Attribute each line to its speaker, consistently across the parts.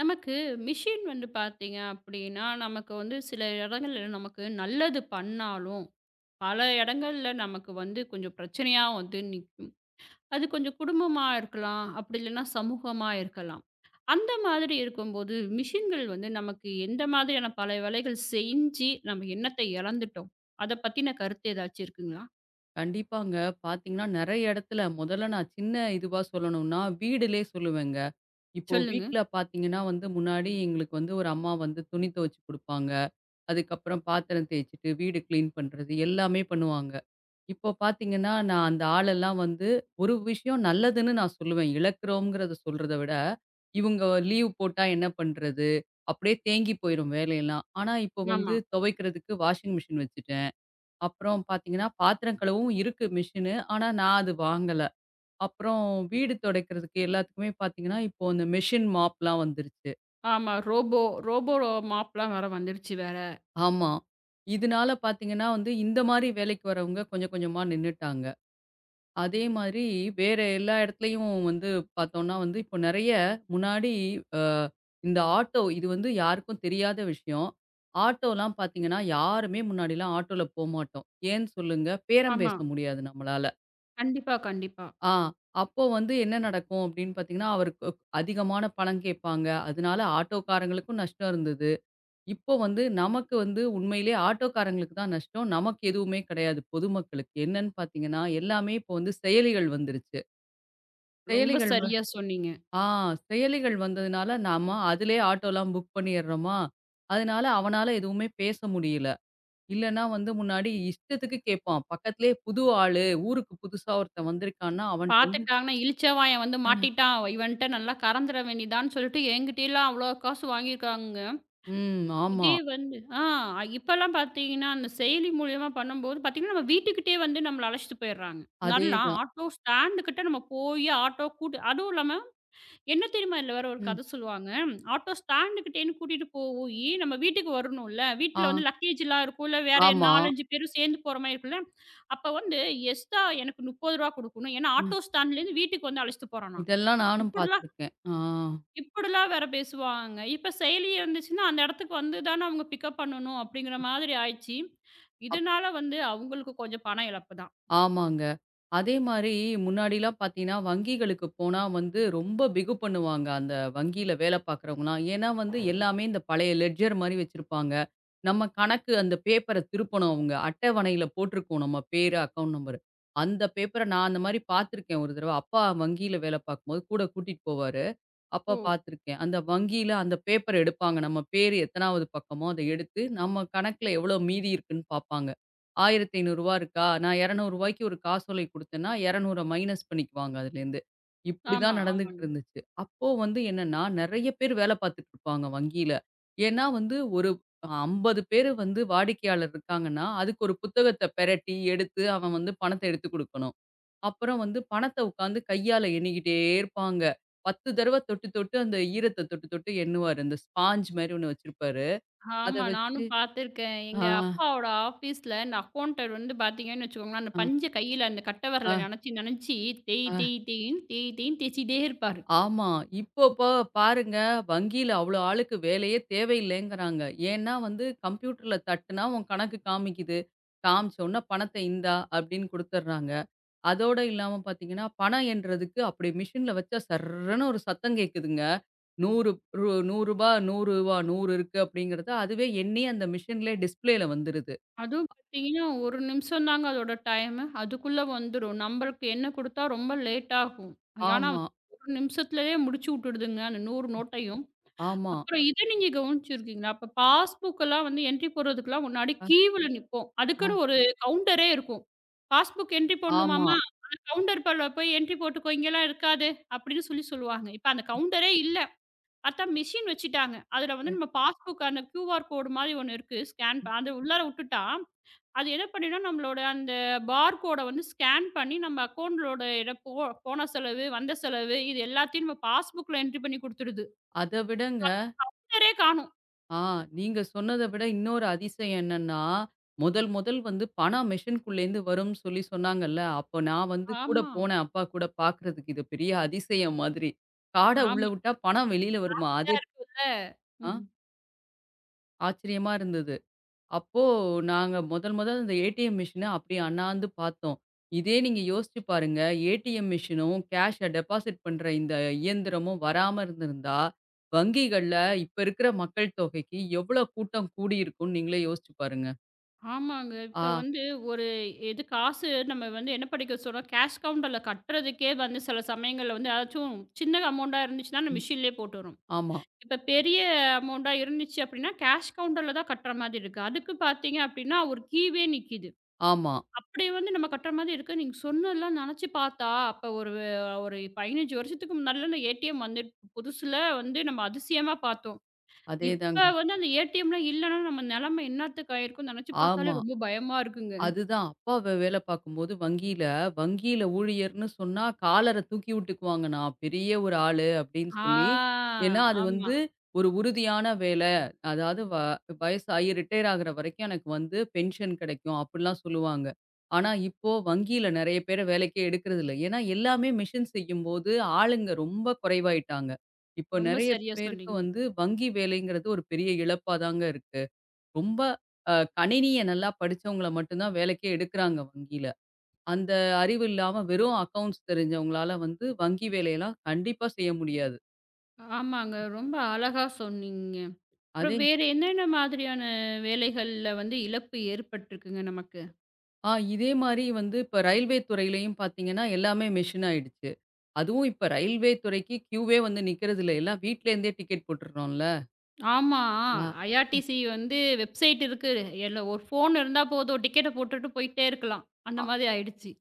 Speaker 1: நமக்கு மிஷின் வந்து பார்த்தீங்க அப்படின்னா, நமக்கு வந்து சில இடங்கள்ல நமக்கு நல்லது பண்ணாலும், பல இடங்கள்ல நமக்கு வந்து கொஞ்சம் பிரச்சனையா வந்து நிக்கும். அது கொஞ்சம் குடும்பமா இருக்கலாம், அப்படி இல்லைன்னா சமூகமா இருக்கலாம். அந்த மாதிரி இருக்கும்போது, மிஷின்கள் வந்து நமக்கு எந்த மாதிரியான பல வேலைகள் செஞ்சு நம்ம எண்ணத்தை இழந்துட்டோம். அத பத்தின கருத்து ஏதாச்சும் இருக்குங்களா?
Speaker 2: கண்டிப்பாங்க. பார்த்தீங்கன்னா, நெறைய இடத்துல முதல்ல நான் சின்ன இதுவா சொல்லணும்னா, வீடுலே சொல்லுவேங்க. இப்போ
Speaker 1: சொல்லுங்க.
Speaker 2: வீட்ல பார்த்தீங்கன்னா வந்து, முன்னாடி எங்களுக்கு வந்து ஒரு அம்மா வந்து துணி துவைச்சு குடுப்பாங்க. அதுக்கப்புறம் பாத்திரம் தேய்ச்சுட்டு, வீடு கிளீன் பண்றது எல்லாமே பண்ணுவாங்க. இப்போ பார்த்தீங்கன்னா, நான் அந்த ஆளெல்லாம் வந்து ஒரு விஷயம் நல்லதுன்னு நான் சொல்லுவேன். இழக்கிறோங்கிறத சொல்றத விட, இவுங்க லீவ் போட்டா என்ன பண்றது? அப்படியே தேங்கி போயிரும் வேலையெல்லாம். ஆனா இப்போ வந்து
Speaker 1: ஆமா,
Speaker 2: துவைக்கிறதுக்கு வாஷிங் மிஷின் வச்சுட்டேன். அப்புறம் பார்த்தீங்கன்னா, பாத்திரம் கழுவவும் இருக்கு மிஷினு. ஆனா, நான் அது வாங்கல. அப்புறம் வீடு துடைக்கிறதுக்கு எல்லாத்துக்குமே பார்த்தீங்கன்னா, இப்போ அந்த மெஷின் மாப்லாம் வந்துருச்சு.
Speaker 1: ஆமா. ரோபோ ரோபோ மாப்லாம் வேற வந்துருச்சு வேற.
Speaker 2: ஆமா. இதனால பார்த்தீங்கன்னா வந்து, இந்த மாரி வேலைக்கு வரவங்க கொஞ்சம் கொஞ்சமா நின்னுட்டாங்க. அதே மாதிரி வேற எல்லா இடத்துலயும் வந்து பார்த்தோம்னா வந்து, இப்போ நெறைய முன்னாடி அ இந்த ஆட்டோ இது வந்து யாருக்கும் தெரியாத விஷயம். ஆட்டோலாம் பார்த்தீங்கன்னா, யாருமே முன்னாடிலாம் ஆட்டோல போமாட்டோம். ஏன்னு சொல்லுங்க? பேரம்
Speaker 1: ஆமா.
Speaker 2: பேச முடியாது நம்மளால.
Speaker 1: கண்டிப்பா, கண்டிப்பா.
Speaker 2: ஆ. அப்போ வந்து என்ன நடக்கும் அப்படின்னு பார்த்தீங்கன்னா, அவருக்கு அதிகமான பணம் கேட்பாங்க. அதனால ஆட்டோக்காரங்களுக்கும் நஷ்டம் இருந்தது. இப்போ வந்து நமக்கு வந்து உண்மையிலேயே ஆட்டோக்காரங்களுக்கு தான் நஷ்டம். நமக்கு எதுவுமே கிடையாது பொதுமக்களுக்கு. என்னன்னு பார்த்தீங்கன்னா, எல்லாமே இப்போ வந்து செயலிகள் வந்துருச்சு.
Speaker 1: ரொம்ப
Speaker 2: செயலிகள் வ
Speaker 1: சரியா சொன்னீங்க.
Speaker 2: ஆ செயலிகள் வந்ததுனால நாம அதிலேயே ஆட்டோலாம் புக் பண்ணிடுறோமா, அதனால அவனால எதுவுமே பேச முடியல. இல்லன்னா வந்து முன்னாடி இஷ்டத்துக்கு கேட்பான். பக்கத்திலேயே புது ஆளு, ஊருக்கு புதுசா ஒருத்தன் வந்திருக்கான்னா அவன்ட்ட வந்து
Speaker 1: பாத்துட்டாங்கன்னா, இளிச்சவாயன் வந்து மாட்டிட்டான். இவன்ட்ட நல்லா கறந்துற வேண்டியதான்னு சொல்லிட்டு என்கிட்டலாம் அவ்வளோ காசு வாங்கியிருக்காங்கங்க.
Speaker 2: ம், ஆமா.
Speaker 1: இதே வந்து இப்பலாம் பாத்தீங்கன்னா, அந்த செயலி மூலியமா பண்ணும்போது பாத்தீங்கன்னா, நம்ம வீட்டுக்கிட்டயே வந்து நம்மள அழைச்சிட்டு போயிடுறாங்க. நல்லா
Speaker 2: அதேதான்.
Speaker 1: ஆட்டோ ஸ்டாண்டு கிட்ட நம்ம போய் ஆட்டோ கூட்டு அதுவும் இல்லாம என்ன தெரியுமா இதுல வேற ஒரு
Speaker 2: ம்.
Speaker 1: கதை சொல்லுவாங்க. ஆட்டோ ஸ்டாண்டுக்கிட்டேன்னு கூட்டிட்டு போயி, நம்ம வீட்டுக்கு வரணும்ல. வீட்ல
Speaker 2: ஆ,
Speaker 1: வந்து லக்கேஜ்லாம் இருக்கும்ல. வேற
Speaker 2: ஆமா.
Speaker 1: 4, 5 பேரும் சேர்ந்து போற மாரி இருக்கும்ல. அப்ப வந்து எக்ஸ்ட்ரா எனக்கு ரூ. 30 குடுக்கணும். ஏன்னா
Speaker 2: ம்.
Speaker 1: ஆட்டோ ஸ்டாண்ட்லேருந்து வீட்டுக்கு வந்து அழைச்சிட்டு போறானாம்.
Speaker 2: இதெல்லாம் நானும்
Speaker 1: இப்படிலாம்
Speaker 2: பார்த்துருக்கேன். ஆ.
Speaker 1: இப்படிலாம் வேற பேசுவாங்க. இப்ப செயலி இருந்துச்சுன்னா, அந்த இடத்துக்கு வந்து தானே அவங்க பிக்கப் பண்ணணும் அப்படிங்கிற மாதிரி ஆயிடுச்சு.
Speaker 2: அப்
Speaker 1: இதனால வந்து அவங்களுக்கு கொஞ்சம் பண இழப்பு தான்.
Speaker 2: ஆமாங்க. அதே மாரி முன்னாடிலாம் பார்த்தீங்கன்னா, வங்கிகளுக்கு போனா வந்து ரொம்ப பிகு பண்ணுவாங்க. அந்த வங்கியில வேலை பார்க்குறவங்கலாம். ஏன்னா வந்து எல்லாமே இந்த பழைய லெட்ஜர் மாரி வச்சிருப்பாங்க. நம்ம கணக்கு அந்த பேப்பர திருப்பணும் அவங்க. அட்டவணையில போட்டிருக்கும் நம்ம பேரு, அக்கவுண்ட் நம்பரு. அந்த பேப்பர நான் அந்த மாரி பார்த்துருக்கேன் ஒரு தடவ. அப்பா வங்கியில வேலை பார்க்கும்போது கூட கூட்டிட்டு போவாரு. அப்ப
Speaker 1: ஓ!
Speaker 2: பார்த்துருக்கேன். அந்த வங்கியில அந்த பேப்பர் எடுப்பாங்க. நம்ம பேரு எத்தனாவது பக்கமோ அத எடுத்து, நம்ம கணக்குல எவ்வளோ மீதி இருக்குன்னு பார்ப்பாங்க. ரூ. 1500 இருக்கா? நான் ரூ. 200க்கு ஒரு காசோலை குடுத்தேன்னா, 200 மைனஸ் பண்ணிக்குவாங்க அதுலேருந்து.
Speaker 1: ஆமா,
Speaker 2: இப்படிதான்
Speaker 1: ஆமாங்க.
Speaker 2: நடந்துகிட்டு இருந்துச்சு. அப்போ வந்து என்னன்னா, நெறைய பேர் வேல பார்த்துட்டு இருப்பாங்க வங்கியில. ஏன்னா வந்து ஒரு 50 பேரு வந்து வாடிக்கையாளர் இருக்காங்கன்னா, அதுக்கு ஒரு புத்தகத்த பெரட்டி, எடுத்து அவன் வந்து பணத்த எடுத்துக் குடுக்கணும். அப்புறம் வந்து பணத்த உட்காந்து கையால எண்ணிக்கிட்டே இருப்பாங்க. 10 தடவ தொட்டு, தொட்டு அந்த ஈரத்த தொட்டு, தொட்டு எண்ணுவாரு. அந்த ஸ்பாஞ்ச் மாரி ஒண்ணு வச்சிருப்பாரு. அத
Speaker 1: ஆமா.
Speaker 2: வச்சு
Speaker 1: நானும் பார்த்துருக்கேன்.
Speaker 2: ஆ,
Speaker 1: எங்க அப்பாவோட ஆஃபீஸ்ல இந்த அக்கவுண்டன்ட் வந்து பார்த்தீங்கன்னு வச்சுக்கோங்களேன், அந்த
Speaker 2: ஆ,
Speaker 1: பஞ்ச கையில அந்த கட்டை
Speaker 2: ஆ,
Speaker 1: விரல நெனச்சு, நெனச்சு தேய்
Speaker 2: ஆ.
Speaker 1: தேய் தேயின்னு தேய் தேயின்னு தேய்ச்சிட்டே இருப்பாரு.
Speaker 2: ஆமா. இப்போ பா பாருங்க, வங்கியில அவ்ளோ ஆளுக்கு வேலையே தேவையில்லைங்கிறாங்க. ஏன்னா வந்து கம்ப்யூட்டர்ல தட்டுனா உன் கணக்கு காமிக்குது. காமிச்ச உடனே பணத்த இந்தா அப்படின்னு குடுத்துடுறாங்க. அதோட இல்லாம பார்த்தீங்கன்னா, பணம் எண்றதுக்கு அப்படி மிஷின்ல வச்சா சர்ருன்னு ஒரு சத்தம் கேட்குதுங்க. ரூ. 100 ரூ. 100 ரூ. 100 100 இருக்கு அப்படிங்கிறது அதுவே எண்ணி அந்த மிஷின்லயே டிஸ்ப்ளேல வந்துருது.
Speaker 1: அதுவும் பார்த்தீங்கன்னா, 1 நிமிஷம் தாங்க அதோட டைமு. அதுக்குள்ள வந்துரும். நம்பளுக்கு எண்ண குடுத்தா ரொம்ப லேட் ஆகும். ஆனா,
Speaker 2: ஆமா,
Speaker 1: 1 நிமிஷத்திலயே முடிச்சு வுட்டுடுதுங்க, அந்த 100 நோட்டையும்.
Speaker 2: ஆமா.
Speaker 1: அப்புறம் இத நீங்க கவனிச்சிருக்கீங்களா? அப்ப பாஸ்புக்கெல்லாம் வந்து என்ட்ரி போடுறதுக்கெல்லாம் முன்னாடி
Speaker 2: அ
Speaker 1: கியூல நிப்போம்.
Speaker 2: அ
Speaker 1: அதுக்குன்னு ஒரு கவுண்டரே இருக்கும். பாஸ்புக் என்ட்ரி
Speaker 2: ஆமா.
Speaker 1: போடணுமாமா, அந்த கவுண்டர் பல போய் என்ட்ரி போட்டுக்கோ, இங்கேலாம் இருக்காது அப்படின்னு சொல்லி சொல்லுவாங்க. இப்ப அந்த கவுண்டரே இல்ல. பார்த்தா மிஷின் வச்சுட்டாங்க. அதுல வந்து நம்ம பாஸ்புக் அந்த கியூஆர் கோடு மாதிரி ஒண்ணு இருக்கு. ஸ்கேன் அது உள்ளார உட்டுட்டா, அது என்ன பண்ணிடும்னா நம்மளோட அந்த பார் கோட வந்து ஸ்கேன் பண்ணி நம்ம அக்கவுண்ட்லோட இட போ போன செலவு, வந்த செலவு இது எல்லாத்தையும் நம்ம பாஸ்புக்ல என்ட்ரி பண்ணி குடுத்துருது.
Speaker 2: அத விடங்க
Speaker 1: கவுண்டரே காணோம்.
Speaker 2: ஆ நீங்க சொன்னத விட இன்னொரு அதிசயம் என்னன்னா, முதல் முதல் வந்து பணம் மெஷின்குள்ளேருந்து வரும்னு சொல்லி சொன்னாங்கல்ல, அப்போ நான் வந்து கூட
Speaker 1: ஆமா.
Speaker 2: போனேன் அப்பா கூட பார்க்கறதுக்கு. இது பெரிய அதிசயம் மாதிரி. கார்ட உள்ள
Speaker 1: ஆமா.
Speaker 2: விட்டா பணம் வெளியில வருமா? அது
Speaker 1: ஃப்ரீயா
Speaker 2: எப்
Speaker 1: இருக்குல்ல.
Speaker 2: ஆ
Speaker 1: ம்ஹ்ம்.
Speaker 2: ஆச்சரியமா இருந்தது. அப்போ நாங்க முதல் முதல் அந்த ஏடிஎம் மிஷின அப்படியே அண்ணாந்து பார்த்தோம். இதே நீங்க யோசிச்சு பாருங்க, ஏடிஎம் மிஷினும், கேஷ டெபாசிட் பண்ற இந்த இயந்திரமும் வராம இருந்திருந்தா, வங்கிகள்ல இப்ப இருக்கிற மக்கள் தொகைக்கு எவ்வளோ கூட்டம் கூடியிருக்கும்னு நீங்களே யோசிச்சு பாருங்க.
Speaker 1: ஆமாங்க. இப்ப
Speaker 2: ஆ,
Speaker 1: வந்து ஒரு எது காசு நம்ம வந்து என்ன படிக்க சொல்றோம், கேஷ் கவுண்டர்ல கட்டுறதுக்கே வந்து சில சமயங்கள்ல வந்து ஏதாச்சும் சின்ன அமௌண்ட்டா இருந்துச்சுன்னா, அந்த
Speaker 2: ம்,
Speaker 1: மிஷின்லயே போட்டுறோம்.
Speaker 2: ஆமா,
Speaker 1: இப்ப பெரிய அமௌண்ட்டா இருந்துச்சு அப்டின்னா, கேஷ் கவுண்டர்ல தான் கட்டுற மாதிரி இருக்கு. அதுக்கு பார்த்தீங்க அப்டின்னா, ஒரு கீவே நிக்கிது.
Speaker 2: ஆமா.
Speaker 1: அப்படி வந்து நம்ம கட்டுற மாதிரி இருக்கு. நீங்க சொன்னதெல்லாம் நெனச்சு பார்த்தா, அப்ப ஒரு ஒரு 15 வருஷத்துக்கு முன்னாடிலாம் இந்த ஏடிஎம் வந்து புதுசுல வந்து நம்ம அதிசயமா பார்த்தோம்.
Speaker 2: அதேதாங்க.
Speaker 1: இப்ப வந்து அந்த ஏடிஎம்லாம் இல்லன்னா, நம்ம நெலைமை என்னாத்துக்கு ஆயிருக்கும்னு நெனச்சு
Speaker 2: ஆமா.
Speaker 1: பாத்தாலே ரொம்ப பயமா இருக்குங்க.
Speaker 2: அதுதான். அப்பா வே வேலை பார்க்கும்போது வங்கியில, வங்கியில ஊழியர்ன்னு சொன்னா காலர தூக்கி விட்டுக்குவாங்க. நான் பெரிய ஒரு ஆளு அப்படின்னு சொல்லி.
Speaker 1: ஆ
Speaker 2: ஏன்னா, அது
Speaker 1: ஆமா.
Speaker 2: வந்து ஒரு உறுதியான வேலை. அதாவது வ வயசாகி ரிட்டயர் ஆகுற வரைக்கும் எனக்கு வந்து பென்ஷன் கிடைக்கும். அப்படிலாம் சொல்லுவாங்க. ஆனா, இப்போ வங்கியில நெறைய பேர வேலைக்கே எடுக்கிறதில்ல. ஏன்னா, எல்லாமே மிஷின் செய்யும்போது ஆளுங்க ரொம்ப குறைவாயிட்டாங்க. இப்போ
Speaker 1: ரொம்ப
Speaker 2: நெறைய
Speaker 1: சரியா
Speaker 2: பேருக்கு
Speaker 1: சொன்னீங்க.
Speaker 2: வந்து வங்கி வேலைங்கிறது ஒரு பெரிய இழப்பா தாங்க இருக்கு. ரொம்ப கணினிய நல்லா படிச்சவங்கள மட்டும் தான் வேலைக்கே எடுக்குறாங்க வங்கியில. அந்த அறிவு இல்லாம வெறும் அக்கவுண்ட்ஸ் தெரிஞ்சவங்களால வந்து வங்கி வேலையெல்லாம் கண்டிப்பா செய்ய முடியாது.
Speaker 1: ஆமாங்க. ரொம்ப அழகா சொன்னீங்க.
Speaker 2: அதே
Speaker 1: அப்புறம் வேற என்னென்ன மாதிரியான வேலைகள்ல வந்து இழப்பு ஏற்பட்டுருக்குங்க நமக்கு?
Speaker 2: ஆ இதே மாரி வந்து இப்ப ரயில்வே துறையிலயும் பார்த்தீங்கன்னா, எல்லாமே மெஷின் ஆயிடுச்சு. அதுவும் இப்ப ரயில்வே துறைக்கு கியூவே வந்து நிக்கிறதில்ல. எல்லாம் வீட்ல இருந்தே டிக்கெட் போட்டுடுறோம்ல.
Speaker 1: ஆமா.
Speaker 2: ஆ.
Speaker 1: ஐஆர்டிசி வந்து வெப்சைட் இருக்கு. எல்ல ஒரு ஃபோன் இருந்தா போதும் டிக்கெட்ட போட்டுட்டு போயிட்டே இருக்கலாம். அந்த மாதிரி ஆயிடுச்சு.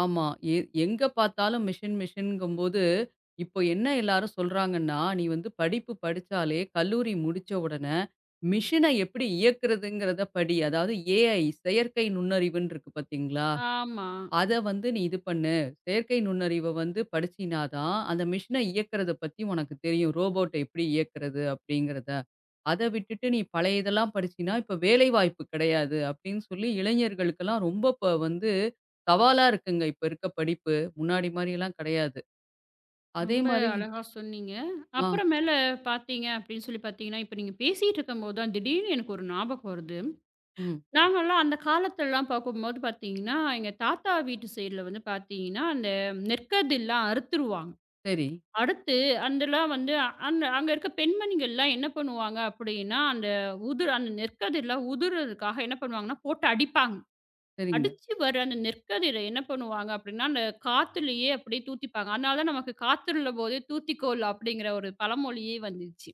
Speaker 2: ஆமா. எ எங்க பார்த்தாலும் மிஷின் மிஷின்ங்கும்போது, இப்போ என்ன எல்லாரும் சொல்றாங்கன்னா, "நீ வந்து படிப்பு படிச்சாலே, கல்லூரி முடிச்ச உடனே, மிஷின எப்படி இயக்குறதுங்கிறத படி." அதாவது ஏஐ செயற்கை நுண்ணறிவுன்னு இருக்கு பார்த்தீங்களா?
Speaker 1: ஆமா.
Speaker 2: அத வந்து நீ இது பண்ணு. செயற்கை நுண்ணறிவ வந்து படிச்சீனா தான், அந்த மிஷின இயக்கறத பத்தி உனக்கு தெரியும். ரோபோட்ட எப்படி இயக்கறது அப்படிங்கிறத. அத விட்டுட்டு நீ பழைய இதெல்லாம் படிச்சீனா, இப்ப வேலைவாய்ப்பு கிடையாது அப்படின்னு சொல்லி இளைஞர்களுக்கெல்லாம் ரொம்ப இப்ப வந்து சவாலா இருக்குங்க. இப்ப இருக்க படிப்பு. முன்னாடி மாரியெல்லாம் கிடையாது. அதே
Speaker 1: ரொம்ப
Speaker 2: மாரி
Speaker 1: அழகா சொன்னீங்க.
Speaker 2: ஆ,
Speaker 1: அப்புறமேல பார்த்தீங்க அப்படின்னு சொல்லி பார்த்தீங்கன்னா, இப்ப நீங்க பேசிட்டு இருக்கும்போது தான் திடீர்னு எனக்கு ஒரு ஞாபகம் வருது.
Speaker 2: ம்.
Speaker 1: நாங்கலாம் அந்த காலத்துலலாம் பார்க்கும்போது பார்த்தீங்கன்னா, எங்க தாத்தா வீட்டு சைடுல வந்து பார்த்தீங்கன்னா, அந்த நெற்கதிர்லாம் அறுத்துருவாங்க.
Speaker 2: சரி.
Speaker 1: அறுத்து அதெல்லாம் வந்து அந்த அங்க இருக்க பெண்மணிகள்லாம் என்ன பண்ணுவாங்க அப்படின்னா, அந்த உதிர் அந்த நெற்கதிர்லாம் உதிர்றதுக்காக என்ன பண்ணுவாங்கன்னா, போட்டு அடிப்பாங்க.
Speaker 2: சரிங்க.
Speaker 1: அடிச்சு வர அந்த நெற்கதிர என்ன பண்ணுவாங்க அப்படின்னா, அந்த காத்துலயே அப்படியே தூத்திப்பாங்க. அதனால தான் நமக்கு "காத்துள்ள போதே தூத்திக்கோள்" அப்படிங்கிற ஒரு பழமொழியே வந்துச்சு.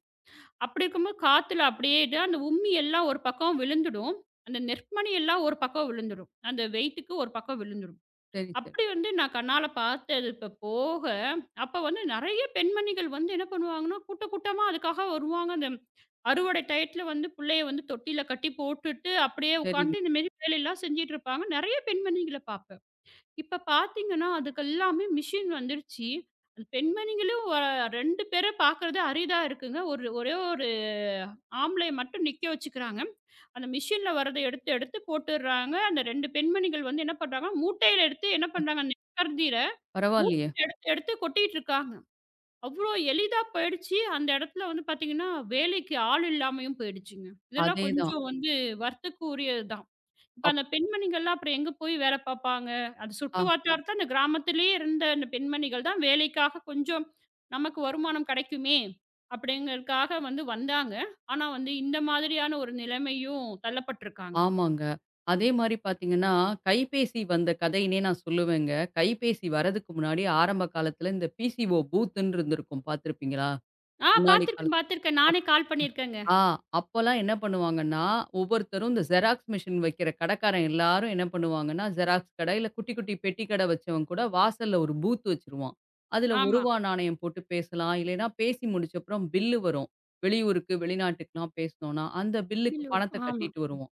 Speaker 1: அப்படி இருக்கும்போது காத்துல அப்படியே இது அந்த உம்மி எல்லாம் ஒரு பக்கம் விழுந்துடும். அந்த நெற்மணி எல்லாம் ஒரு பக்கம் விழுந்துடும். அந்த வெயிட்டுக்கு ஒரு பக்கம் விழுந்துடும்.
Speaker 2: சரி, சரி.
Speaker 1: அப்படி வந்து நான் கண்ணால பார்த்தது இப்ப போக, அப்ப வந்து நெறைய பெண்மணிகள் வந்து என்ன பண்ணுவாங்கன்னா, கூட்ட கூட்டமா அதுக்காக வருவாங்க. அந்த அறுவடை டயத்துல வந்து புள்ளைய வந்து தொட்டில்ல கட்டி போட்டுட்டு, அப்படியே
Speaker 2: சரிங்க.
Speaker 1: உட்கார்ந்து இந்த மாரி வேலையெல்லாம் செஞ்சுட்டு இருப்பாங்க. நெறைய பெண்மணிகள பார்ப்பேன். இப்ப பார்த்தீங்கன்னா, அதுக்கு எல்லாமே மிஷின் வந்துருச்சு. அந்த பெண்மணிகளும் 2 பேர பார்க்கறது அரிதா இருக்குங்க. ஒரே ஒரு ஆம்பளைய மட்டும் நிக்க வச்சுக்கிறாங்க. அந்த மிஷின்ல வர்றத எடுத்து எடுத்து போட்டுடுறாங்க. அந்த 2 பெண்மணிகள் வந்து என்ன பண்றாங்கன்னா, மூட்டையில எடுத்து என்ன பண்றாங்க? நெற்கருதில
Speaker 2: பரவாயில்லையே.
Speaker 1: மூட்டையில எடுத்து எடுத்து கொட்டிட்டு இருக்காங்க. அவ்வளோ எளிதா போயிடுச்சு. அந்த இடத்துல வந்து பார்த்தீங்கன்னா, வேலைக்கு ஆள் இல்லாமயும் போயிடுச்சுங்க. இதெல்லாம்
Speaker 2: அதேதான்.
Speaker 1: கொஞ்சம் வந்து வருத்தக்கு உரியது தான். இப்ப
Speaker 2: அப்
Speaker 1: அந்த பெண்மணிகள்லாம் அப்புறம் எங்க போய் வேலை பார்ப்பாங்க? அது சுட்டு
Speaker 2: ஆ.
Speaker 1: வட்டாரத்த அந்த கிராமத்திலேயே இருந்த அந்த பெண்மணிகள் தான் வேலைக்காக கொஞ்சம் நமக்கு வருமானம் கிடைக்குமே! அப்படிங்கிறதுக்காக வந்து வந்தாங்க. ஆனா வந்து இந்த மாதிரியான ஒரு நிலைமையும் தள்ளப்பட்டுருக்காங்க.
Speaker 2: ஆமாங்க. அதே மாரி பார்த்தீங்கன்னா, கைபேசி வந்த கதைன்னே நான் சொல்லுவேங்க. கைபேசி வரதுக்கு முன்னாடி ஆரம்ப காலத்துல இந்த பிசிஓ பூத்துன்னு இருந்திருக்கும் பார்த்திருப்பீங்களா?
Speaker 1: ஆ
Speaker 2: முன்னாடி
Speaker 1: பார்த்துருக்கேன்,
Speaker 2: காலத்து
Speaker 1: பார்த்துருக்கேன்.
Speaker 2: அப்
Speaker 1: நானே கால் பண்ணியிருக்கேங்க.
Speaker 2: ஆ அப்பலாம் என்ன பண்ணுவாங்கன்னா, ஒவ்வொருத்தரும் இந்த ஜெராக்ஸ் மிஷின் வைக்கிற கடைக்காரன் எல்லாரும் என்ன பண்ணுவாங்கன்னா, ஜெராக்ஸ் கடை இல்ல குட்டி குட்டி பெட்டி கடை வச்சவன் கூட வாசல்ல ஒரு பூத் வச்சுருவான். அதுல ரூ.
Speaker 1: ஆமா.
Speaker 2: 1 நாணயம் போட்டு பேசலாம். இல்லைன்னா பேசி முடிச்சப்புறம் பில்லு வரும். வெளியூருக்கு, வெளிநாட்டுக்குலாம் பேசுனோம்னா, அந்த பில்லுக்கு
Speaker 1: பில் வரும்.
Speaker 2: பணத்த
Speaker 1: ஆமா.
Speaker 2: கட்டிட்டு வருவோம்.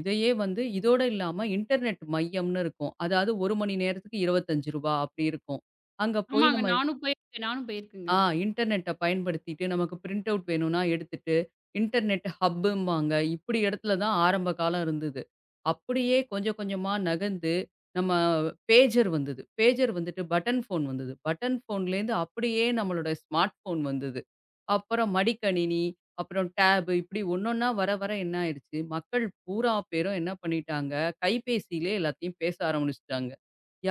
Speaker 2: இதையே வந்து இதோட இல்லாம இன்டர்நெட் மையம்னு இருக்கும். அதாவது 1 மணி நேரத்துக்கு ரூ. 25 அப்படி இருக்கும். அங்க போய்
Speaker 1: ஆமாங்க.
Speaker 2: நம்ம
Speaker 1: நானும் போயிருக்கேன், நானும் போயிருக்கேங்க.
Speaker 2: ஆ இன்டர்நெட்ட பயன்படுத்திட்டு நமக்கு பிரிண்ட் அவுட் வேணும்னா எடுத்துட்டு, இன்டர்நெட் ஹப்பும்பாங்க. இப்படி இடத்துல தான் ஆரம்ப காலம் இருந்தது. அப்படியே கொஞ்சம் கொஞ்சமா நகர்ந்து நம்ம பேஜர் வந்தது. பேஜர் வந்துட்டு பட்டன் ஃபோன் வந்தது. பட்டன் ஃபோன்லேருந்து அப்படியே நம்மளோட ஸ்மார்ட் ஃபோன் வந்தது. அப்புறம் மடிக்கணினி, அப்புறம் டேப் இப்படி ஒன்னொன்னா வர வர என்ன ஆயிருச்சு, மக்கள் பூரா பேரும் என்ன பண்ணிட்டாங்க, கைபேசியிலே எல்லாத்தையும் பேச ஆரம்பிச்சுட்டாங்க.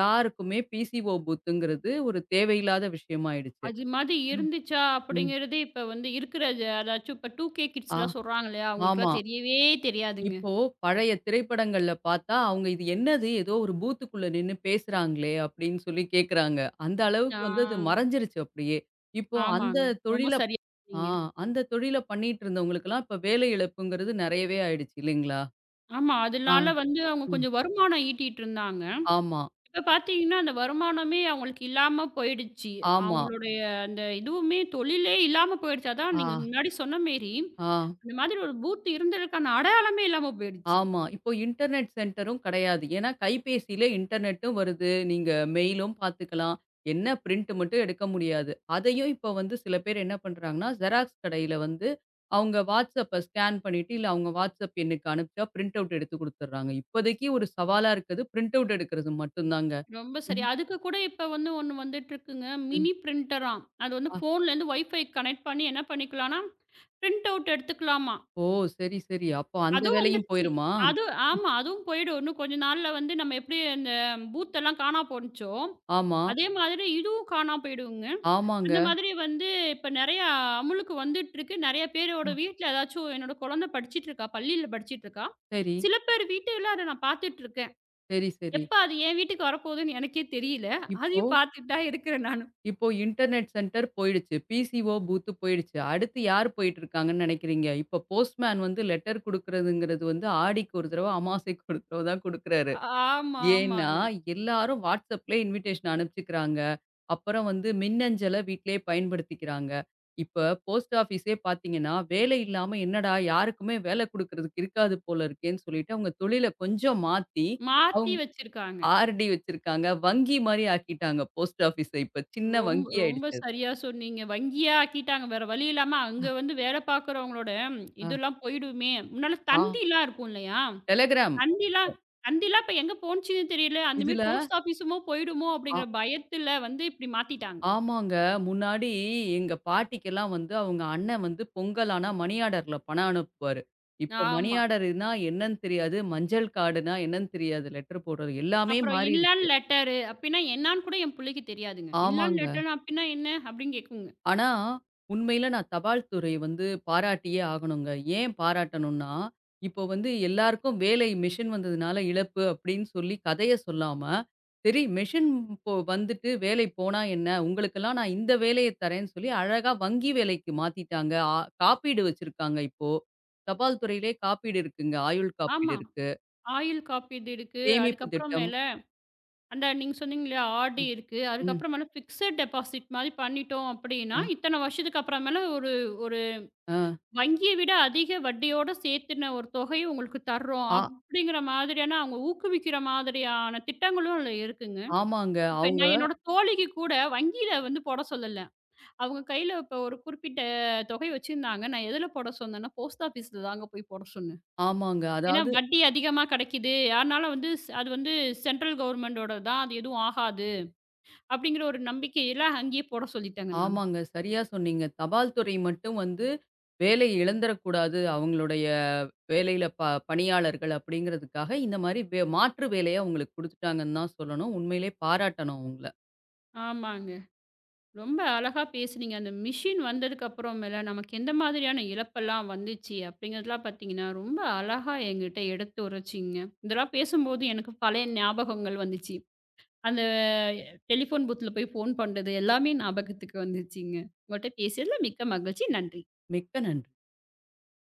Speaker 2: யாருக்குமே பிசிஓ பூத்துங்கிறது ஒரு தேவையில்லாத விஷயமாயிடுச்சு.
Speaker 1: அது மாதிரி இருந்துச்சா
Speaker 2: ம்.
Speaker 1: அப்படிங்கிறதே இப்ப வந்து இருக்கிற ஜ அதாச்சும் இப்ப 2கே
Speaker 2: ஆ,
Speaker 1: கிட்ஸ்லாம் சொல்றாங்க இல்லையா?
Speaker 2: ஆமா.
Speaker 1: அவங்களுக்குலாம் தெரியவே தெரியாதுங்க.
Speaker 2: இப்போ பழைய திரைப்படங்கள்ல பார்த்தா, அவங்க இது என்னது? ஏதோ ஒரு பூத்துக்குள்ள நின்னு பேசுறாங்களே! அப்படின்னு சொல்லி கேட்குறாங்க. அந்த
Speaker 1: ஆ,
Speaker 2: அளவுக்கு வந்து அது மறைஞ்சிருச்சு அப்படியே. இப்போ அந்த
Speaker 1: ஆமாங்க. ரொம்ப
Speaker 2: தொழில
Speaker 1: சரியா
Speaker 2: ஆ
Speaker 1: சொன்னீங்க.
Speaker 2: அந்த தொழில பண்ணிட்டு இருந்தவங்களுக்கெல்லாம் இப்ப வேலை இழப்புங்கிறது நெறையவே ஆயிடுச்சு இல்லைங்களா?
Speaker 1: ஆமா,
Speaker 2: ஆ.
Speaker 1: அதனால வந்து அவங்க
Speaker 2: ம்.
Speaker 1: கொஞ்சம் வருமானம் ஈட்டிட்டு இருந்தாங்க.
Speaker 2: ஆமா,
Speaker 1: இப்ப பார்த்தீங்கன்னா, அந்த வருமானமே அவங்களுக்கு இல்லாம போயிடுச்சு.
Speaker 2: ஆமா.
Speaker 1: அவங்களுடைய அந்த இதுவுமே தொழிலே இல்லாம போயிடுச்சு. அதான்
Speaker 2: ஆ,
Speaker 1: நீங்க முன்னாடி சொன்ன மேரி,
Speaker 2: ஆ.
Speaker 1: அந்த மாதிரி ஒரு பூத் இருந்ததுக்கான அடையாளமே இல்லாம போயிடுச்சு.
Speaker 2: ஆமா. இப்போ இன்டர்நெட் சென்டரும் கிடையாது. ஏன்னா கைபேசியில இன்டர்நெட்டும் வருது. நீங்க மெயிலும் பார்த்துக்கலாம். என்ன பிரிண்ட் மட்டும் எடுக்க முடியாது. அதையும் இப்போ வந்து சில பேர் என்ன பண்றாங்கன்னா, ஜெராக்ஸ் கடையில வந்து அவங்க வாட்ஸ்அப்ப ஸ்கேன் பண்ணிட்டு, இல்ல அவங்க வாட்ஸ்அப் எண்ணுக்கு அனுப்பிச்சா பிரிண்ட் அவுட் எடுத்து குடுத்துடுறாங்க. இப்போதைக்கு ஒரு சவாலா இருக்கிறது பிரிண்ட் அவுட் எடுக்கிறது மட்டும் தாங்க.
Speaker 1: ரொம்ப சரி.
Speaker 2: ம்.
Speaker 1: அதுக்கு கூட இப்ப வந்து ஒண்ணு வந்துட்டுருக்குங்க.
Speaker 2: ம்.
Speaker 1: மினி பிரிண்டராம். அது வந்து
Speaker 2: அ.
Speaker 1: ஃபோன்லேருந்து வைஃபை கனெக்ட் பண்ணி என்ன பண்ணிக்கலாம்னா, பிரிண்ட் அவுட் எடுத்துக்கலாமா.
Speaker 2: ஓ! சரி, சரி. அப்போ அந்த
Speaker 1: அதுவும்
Speaker 2: வேலையும்
Speaker 1: வந்துருச்சு.
Speaker 2: போயிருமா?
Speaker 1: அது ஆமா. அதுவும் போயிடும். இன்னும் கொஞ்ச நாள்ல வந்து நம்ம எப்படி அந்த பூத்தெல்லாம் காணா போனுச்சோ,
Speaker 2: ஆமா.
Speaker 1: அதே மாதிரி இதுவும் காணா போயிடுங்க.
Speaker 2: ஆமாங்க.
Speaker 1: அந்த மாதிரி வந்து இப்ப நெறையா அமுலுக்கு வந்துட்டுருக்கு. நெறைய
Speaker 2: அ.
Speaker 1: பேரோட வீட்ல ஏதாச்சும் என்னோட குழந்தை படிச்சுட்டுருக்கா. பள்ளியில படிச்சுட்டுருக்கா.
Speaker 2: சரி,
Speaker 1: சில பேர் வீட்டுல அத நான் பார்த்துட்டுருக்கேன்.
Speaker 2: சரி, சரி.
Speaker 1: எப்ப அது என் வீட்டுக்கு வரப்போகுதுன்னு எனக்கே தெரியல.
Speaker 2: இப்போ
Speaker 1: அதையும் பார்த்துட்டு தான் இருக்கிறேன் நானு.
Speaker 2: இப்போ இன்டர்நெட் சென்டர் போயிடுச்சு. பிசிஓ பூத்து போயிடுச்சு. அடுத்து யார் போயிட்டுருக்காங்கன்னு நினைக்கிறீங்க? இப்போ போஸ்ட்மேன் வந்து லெட்டர் குடுக்குறதுங்கிறது வந்து ஆடிக்கு ஒரு தடவ, அமாவாசைக்கு ஒரு தடவ தான் குடுக்குறாரு.
Speaker 1: ஆமா,
Speaker 2: ஏன்னா,
Speaker 1: ஆமாங்க.
Speaker 2: எல்லாரும் WhatsAppல இன்விடேஷன் அனுப்பிச்சுக்கிறாங்க. அப்புறம் வந்து மின்னஞ்சல வீட்டிலேயே பயன்படுத்திக்கிறாங்க. இப்ப போஸ்ட் ஆஃபீஸே பார்த்தீங்கன்னா, வேலை இல்லாம "என்னடா யாருக்குமே வேல குடுக்குறதுக்கு இருக்காது போல இருக்கேன்னு" சொல்லிட்டு அவங்க தொழில கொஞ்சம் மாத்தி,
Speaker 1: மாத்தி
Speaker 2: அவங்க
Speaker 1: வச்சிருக்காங்க.
Speaker 2: ஆர்டி வச்சிருக்காங்க. வங்கி மாரி ஆக்கிட்டாங்க போஸ்ட் ஆஃபீஸ இப்ப. சின்ன
Speaker 1: ரொம்ப
Speaker 2: வங்கி
Speaker 1: ரொம்ப
Speaker 2: ஆயிடுச்சு அது.
Speaker 1: சரியா சொன்னீங்க. வங்கியா ஆக்கிட்டாங்க. வேற வழி இல்லாம அங்க வந்து வேல பார்க்குறவங்களோட
Speaker 2: அ,
Speaker 1: இதெல்லாம் போயிடுமே! முன்னால
Speaker 2: ஆ
Speaker 1: தந்திலாம் இருக்கும் இல்லையா?
Speaker 2: டெலகிராம்.
Speaker 1: தந்திலாம் தந்திலாம் இப்ப எங்க போனுச்சுன்னு தெரியல. அந்த மாரி
Speaker 2: இதுல
Speaker 1: போஸ்ட் ஆஃபீஸுமோ போயிடுமோ!
Speaker 2: ஆ
Speaker 1: அப்படிங்கிற பயத்துல வந்து இப்படி மாத்திட்டாங்க.
Speaker 2: ஆமாங்க. முன்னாடி எங்க பாட்டிக்கெல்லாம் வந்து அவங்க அண்ணன் வந்து பொங்கல் ஆனா மணி ஆர்டர்ல பணம் அனுப்புவாரு. இப்ப மணி
Speaker 1: ஆமா.
Speaker 2: ஆர்டர்னா என்னன்னு தெரியாது. மஞ்சள் கார்டுனா என்னன்னு தெரியாது. லெட்டர் போடுறது எல்லாமே
Speaker 1: அப்புறம் இன்லேண்ட்
Speaker 2: மாறிடுச்சு.
Speaker 1: லெட்டரு அப்படின்னா என்னான்னு கூட என் பிள்ளைக்கு தெரியாதுங்க. இன்லேண்ட்
Speaker 2: ஆமாங்க.
Speaker 1: லெட்டர் அப்படின்னா என்ன? அப்படின்னு கேட்குங்க.
Speaker 2: ஆனா, உண்மையில நான் தபால் துறை வந்து பாராட்டியே ஆகணுங்க. ஏன் பாராட்டணும்னா, இப்போ வந்து எல்லாருக்கும் வேலை மெஷின் வந்ததுனால இழப்பு அப்படின்னு சொல்லி கதைய சொல்லாம, சரி மெஷின் இப்போ வந்துட்டு வேலை போனா என்ன? உங்களுக்கெல்லாம் நான் இந்த வேலைய தரேன்னு சொல்லி அழகா வங்கி வேலைக்கு மாத்திட்டாங்க. ஆ காப்பீடு வச்சிருக்காங்க இப்போ. தபால் துறையிலே காப்பீடு இருக்குங்க. ஆயுள் காப்பீடு
Speaker 1: ஆமா.
Speaker 2: இருக்கு.
Speaker 1: ஆயுள் காப்பீடு இருக்கு.
Speaker 2: சேமிப்பு
Speaker 1: அதுக்கப்புறம்
Speaker 2: திட்டம்.
Speaker 1: மேல அந்த நீங்க சொன்னீங்க இல்லையா? ஆர்டி
Speaker 2: ம்.
Speaker 1: இருக்கு.
Speaker 2: ம்.
Speaker 1: அதுக்கப்புறமேல ஃபிக்ஸட் டெபாசிட் மாரி பண்ணிட்டோம் அப்படின்னா,
Speaker 2: ஆ.
Speaker 1: இத்தன வருஷத்துக்கு அப்புறமேல ஒரு ஒரு
Speaker 2: ஆ.
Speaker 1: வங்கிய விட அதிக வட்டியோட சேர்த்துன ஒரு தொகைய உங்களுக்கு தர்றோம்.
Speaker 2: ஆ-
Speaker 1: அப்படிங்கிற மாதிரியான அவங்க ஊக்குவிக்கிற மாதிரியான திட்டங்களும் அதுல இருக்குங்க.
Speaker 2: ஆமாங்க.
Speaker 1: இப்ப
Speaker 2: அவங்க
Speaker 1: நான் என்னோட தோழிக்கு கூட வங்கியில வந்து போட சொல்லல. அவங்க கையில இப்ப ஒரு குறிப்பிட்ட தொகை வச்சிருந்தாங்க. நான் எதுல போட சொன்னேன்னா, போஸ்ட் ஆஃபீஸ்ல தாங்க போய் போட சொன்னேன்.
Speaker 2: ஆமாங்க.
Speaker 1: ஏன்னா
Speaker 2: அதாவது
Speaker 1: வட்டி அதிகமா கிடைக்குது. அதனால வந்து ஸ் அது வந்து சென்ட்ரல் கவர்மெண்டோடது தான். அது எதுவும் ஆகாது. அப்படிங்கிற ஒரு நம்பிக்கையெல்லாம் அங்கேயே போட சொல்லிட்டேங்க நானு.
Speaker 2: ஆமாங்க. சரியா சொன்னீங்க. தபால் துறை மட்டும் வந்து வேலை இழந்துறக்கூடாது. அவங்களுடைய வேலையில ப பணியாளர்கள் அப்படிங்கிறதுக்காக இந்த மாரி மாற்று வேலைய அவங்களுக்கு குடுத்துட்டாங்கன்னு தான் சொல்லணும். உண்மையிலே பாராட்டணும் அவங்கள.
Speaker 1: ஆமாங்க. ரொம்ப அழகா பேசுனீங்க. அந்த மிஷின் வந்ததுக்கு அப்புறமேல நமக்கு எந்த மாதிரியான இழப்பெல்லாம் வந்துச்சு அப்படிங்கிறதெல்லாம் பார்த்தீங்கன்னா, ரொம்ப அழகா என்கிட்ட எடுத்துரைச்சீங்க. இதெல்லாம் பேசும்போது எனக்கு பழைய ஞாபகங்கள் வந்துச்சு. அந்த டெலிஃபோன் பூத்ல போய் ஃபோன் பண்றது எல்லாமே ஞாபகத்துக்கு வந்துச்சுங்க. உங்கள்ட்ட பேசியதில மிக்க மகிழ்ச்சி. நன்றி.
Speaker 2: மிக்க நன்றி.